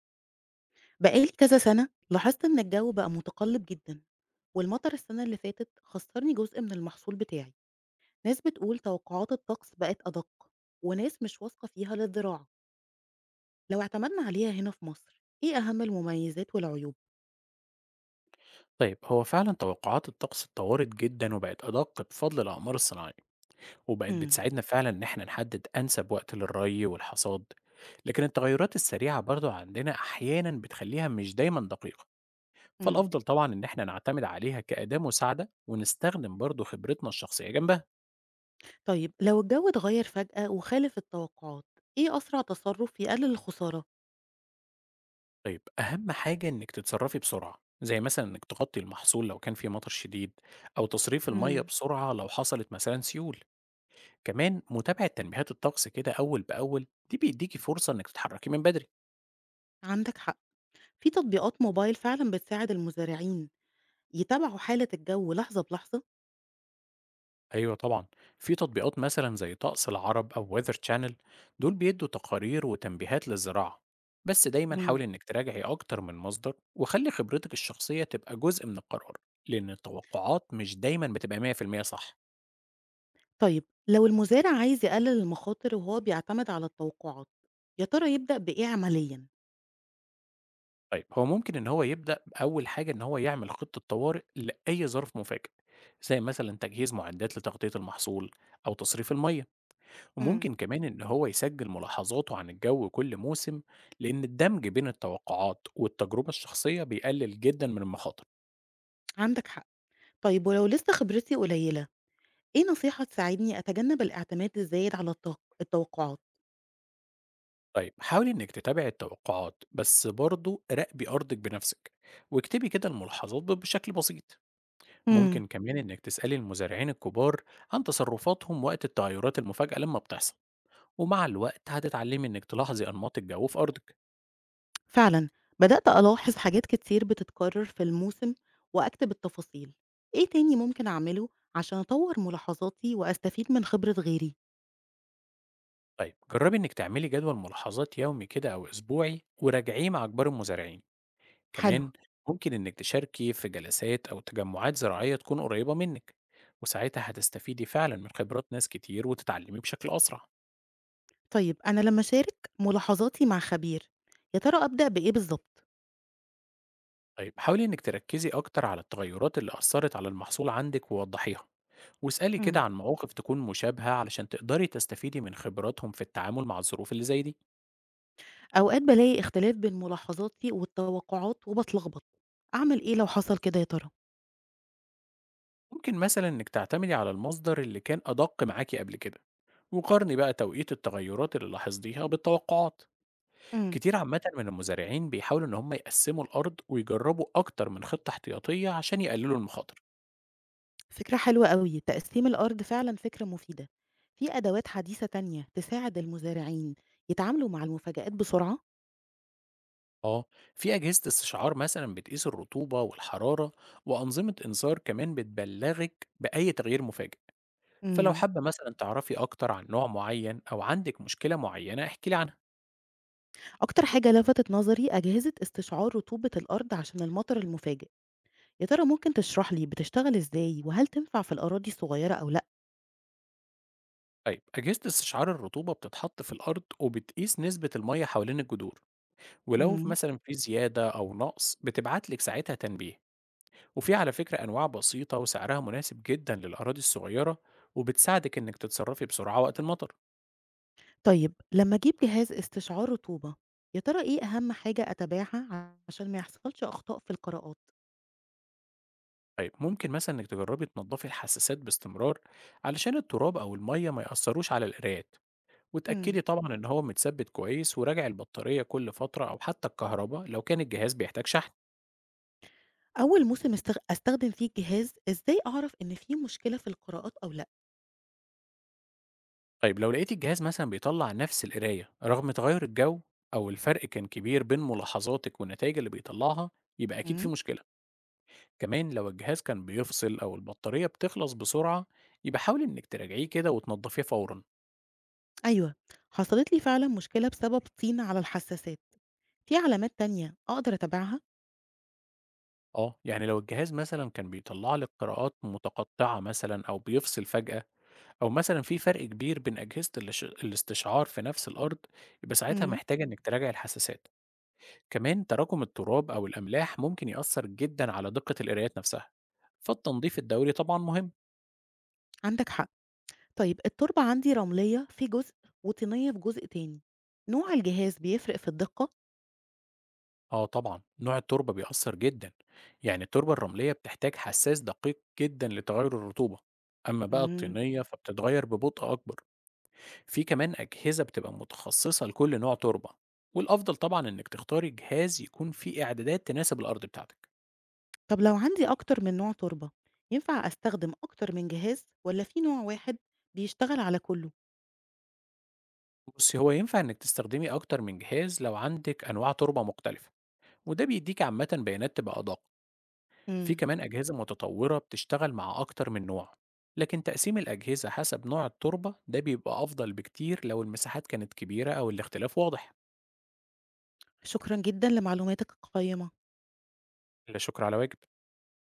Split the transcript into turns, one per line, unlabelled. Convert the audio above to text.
بقالي كذا سنة لاحظت إن الجو بقى متقلب جدًا، والمطر السنة اللي فاتت خسّرني جزء من المحصول بتاعي، ناس بتقول توقعات الطقس بقت أدق، وناس مش واثقة فيها للزراعة، لو اعتمدنا عليها هنا في مصر، إيه أهم المميزات والعيوب؟
طيب هو فعلا توقعات الطقس اتطورت جدا وبقت أدق بفضل الأقمار الصناعية، وبقت
إمم،
بتساعدنا فعلا إن احنا نحدد أنسب وقت للري والحصاد. لكن التغيرات السريعة برضو عندنا أحيانا بتخليها مش دايما دقيقة،
إمم،
فالأفضل طبعا إن احنا نعتمد عليها كأداة مساعدة ونستخدم برضو خبرتنا الشخصية جنبها.
طيب لو الجو اتغير فجأة وخالف التوقعات، إيه أسرع تصرف يقلل الخسارة؟
طيب أهم حاجة إنك تتصرفي بسرعة، زي مثلا إنك تغطي المحصول لو كان في مطر شديد، أو تصريف المية
إمم،
بسرعة لو حصلت مثلا سيول. كمان متابعة تنبيهات الطقس كده أول بأول دي بيديكي فرصة إنك تتحركي من بدري.
عندك حق، في تطبيقات موبايل فعلًا بتساعد المزارعين يتابعوا حالة الجو لحظة بلحظة؟
أيوة طبعا، في تطبيقات مثلا زي طقس العرب أو ويذر تشانل، دول بيدوا تقارير وتنبيهات للزراعة. بس دايما
إمم.
حاولي إنك تراجعي أكتر من مصدر وخلي خبرتك الشخصية تبقى جزء من القرار، لأن التوقعات مش دايما بتبقى 100% صح.
طيب لو المزارع عايز يقلل المخاطر وهو بيعتمد على التوقعات، يا ترى يبدأ بإيه عمليًا؟
طيب هو ممكن إن هو يبدأ بأول حاجة إن هو يعمل خطة طوارئ لأي ظرف مفاجئ، زي مثلا تجهيز معدات لتغطية المحصول أو تصريف المية.
امم
وممكن كمان إن هو يسجل ملاحظاته عن الجو كل موسم، لأن الدمج بين التوقعات والتجربة الشخصية بيقلل جدا من المخاطر.
عندك حق. طيب ولو لسه خبرتي قليلة، إيه نصيحة تساعدني أتجنب الاعتماد الزايد على التوقعات؟
طيب حاولي إنك تتابعي التوقعات بس برضه راقبي أرضك بنفسك، واكتبي كده الملاحظات بشكل بسيط.
امم
ممكن كمان إنك تسألي المزارعين الكبار عن تصرفاتهم وقت التغيرات المفاجئة لما بتحصل، ومع الوقت هتتعلمي إنك تلاحظي أنماط الجو في أرضك.
فعلًا بدأت ألاحظ حاجات كتير بتتكرر في الموسم وأكتب التفاصيل. إيه تاني ممكن أعمله عشان أطور ملاحظاتي وأستفيد من خبرة غيري؟
طيب جربي إنك تعملي جدول ملاحظات يومي كده أو أسبوعي وراجعيه مع كبار المزارعين.
حلو.
كمان ممكن إنك تشاركي في جلسات أو تجمعات زراعية تكون قريبة منك، وساعتها هتستفيدي فعلا من خبرات ناس كتير وتتعلمي بشكل أسرع.
طيب أنا لما أشارك ملاحظاتي مع خبير، يا ترى أبدأ بإيه بالظبط؟
طيب حاولي إنك تركزي أكتر على التغيرات اللي أثرت على المحصول عندك ووضحيها، واسألي كده عن مواقف تكون مشابهة علشان تقدري تستفيدي من خبراتهم في التعامل مع الظروف اللي زي دي.
أوقات بالاقي اختلاف بين ملاحظاتي والتوقعات وباتلخبط، أعمل إيه لو حصل كده يا ترى؟
ممكن مثلا إنك تعتمدي على المصدر اللي كان أدق معاكي قبل كده، وقارني بقى توقيت التغيرات اللي لاحظتيها بالتوقعات.
امم
كتير عامةً من المزارعين بيحاولوا إن هم يقسّموا الأرض ويجرّبوا أكتر من خطة احتياطية عشان يقللوا المخاطر.
فكرة حلوة أوي، تقسيم الأرض فعلا فكرة مفيدة. في أدوات حديثة تانية تساعد المزارعين يتعاملوا مع المفاجآت بسرعة؟
آه، في أجهزة استشعار مثلًا بتقيس الرطوبة والحرارة، وأنظمة إنذار كمان بتبلّغِك بأي تغيير مفاجئ. فلو
امم
حابة مثلًا تعرفي أكتر عن نوع معين أو عندِك مشكلة معينة احكي لي عنها.
أكتر حاجة لفتت نظري أجهزة استشعار رطوبة الأرض عشان المطر المفاجئ، يا ترى ممكن تشرح لي بتشتغل إزاي وهل تنفع في الأراضي الصغيرة أو
طيب أجهزة استشعار الرطوبة بتتحط في الأرض وبتقيس نسبة المَيّة حوالين الجذور، ولو
لأ؟
مثلًا في زيادة أو نقص بتبعت لِك ساعتها تنبيه. وفي على فكرة أنواع بسيطة وسعرها مناسب جدا للأراضي الصغيرة، وبتساعدك إنك تتصرفي بسرعة وقت المطر.
طيب لما أجيب جهاز استشعار رطوبة، يا ترى إيه أهم حاجة أتابعها عشان ما يحصلش أخطاء في القراءات؟
طيب ممكن مثلا إنك تجربي تنضفي الحساسات باستمرار علشان التراب أو المية ما يأثروش على القرايات.
مم.
وتأكدي طبعا إن هو متثبت كويس وراجعي البطارية كل فترة أو حتى الكهرباء لو كان الجهاز بيحتاج شحن.
أول موسم أستخدم فيه الجهاز إزاي أعرف إن في مشكلة في القراءات أو لأ؟
طيب لو لقيتي الجهاز مثلا بيطلع نفس القراية رغم تغير الجو، أو الفرق كان كبير بين ملاحظاتك والنتائج اللي بيطلعها، يبقى أكيد في
مم.
مشكلة. كمان لو الجهاز كان بيفصل أو البطارية بتخلص بسرعة، يبقى حاول إنك تراجعيه كده وتنضفيه فورا.
أيوه، حصلت لي فعلا مشكلة بسبب طين على الحساسات، في علامات تانية أقدر أتابعها؟
اه يعني لو الجهاز مثلا كان بيطلع لك قراءات متقطعة مثلا أو بيفصل فجأة، أو مثلا في فرق كبير بين أجهزة الاستشعار في نفس الأرض، يبقى ساعتها
مم.
محتاجة إنك تراجع الحساسات. كمان تراكم التراب أو الأملاح ممكن يأثر جدا على دقة القرايات نفسها، فالتنظيف الدوري طبعا مهم.
عندك حق، طيب التربة عندي رملية في جزء وطينية في جزء تاني، نوع الجهاز بيفرق في الدقة؟
آه طبعًا، نوع التربة بيأثّر جدًا، يعني التربة الرملية بتحتاج حسّاس دقيق جدًا لتغيُّر الرطوبة، أمّا بقى
مم.
الطينية فبتتغيّر ببطء أكبر. في كمان أجهزة بتبقى متخصّصة لكل نوع تربة، والأفضل طبعًا إنِّك تختاري جهاز يكون فيه إعدادات تناسب الأرض بتاعتك.
طب لو عندي أكتر من نوع تربة، ينفع أستخدم أكتر من جهاز والّا في نوع واحد بيشتغل على كله؟
بُصّي، هو ينفع إنِّك تستخدمي أكتر من جهاز لو عندِك أنواع تربة مختلفة، وده بيدّيكِ عامةً بيانات تبقى أدق. في
إمم،
كمان أجهزة متطورة بتشتغل مع أكتر من نوع، لكن تقسيم الأجهزة حسب نوع التربة ده بيبقى أفضل بكتير لو المساحات كانت كبيرة أو الاختلاف واضح.
شكرًا جدًا لمعلوماتك القيّمة.
لا شكر على واجب.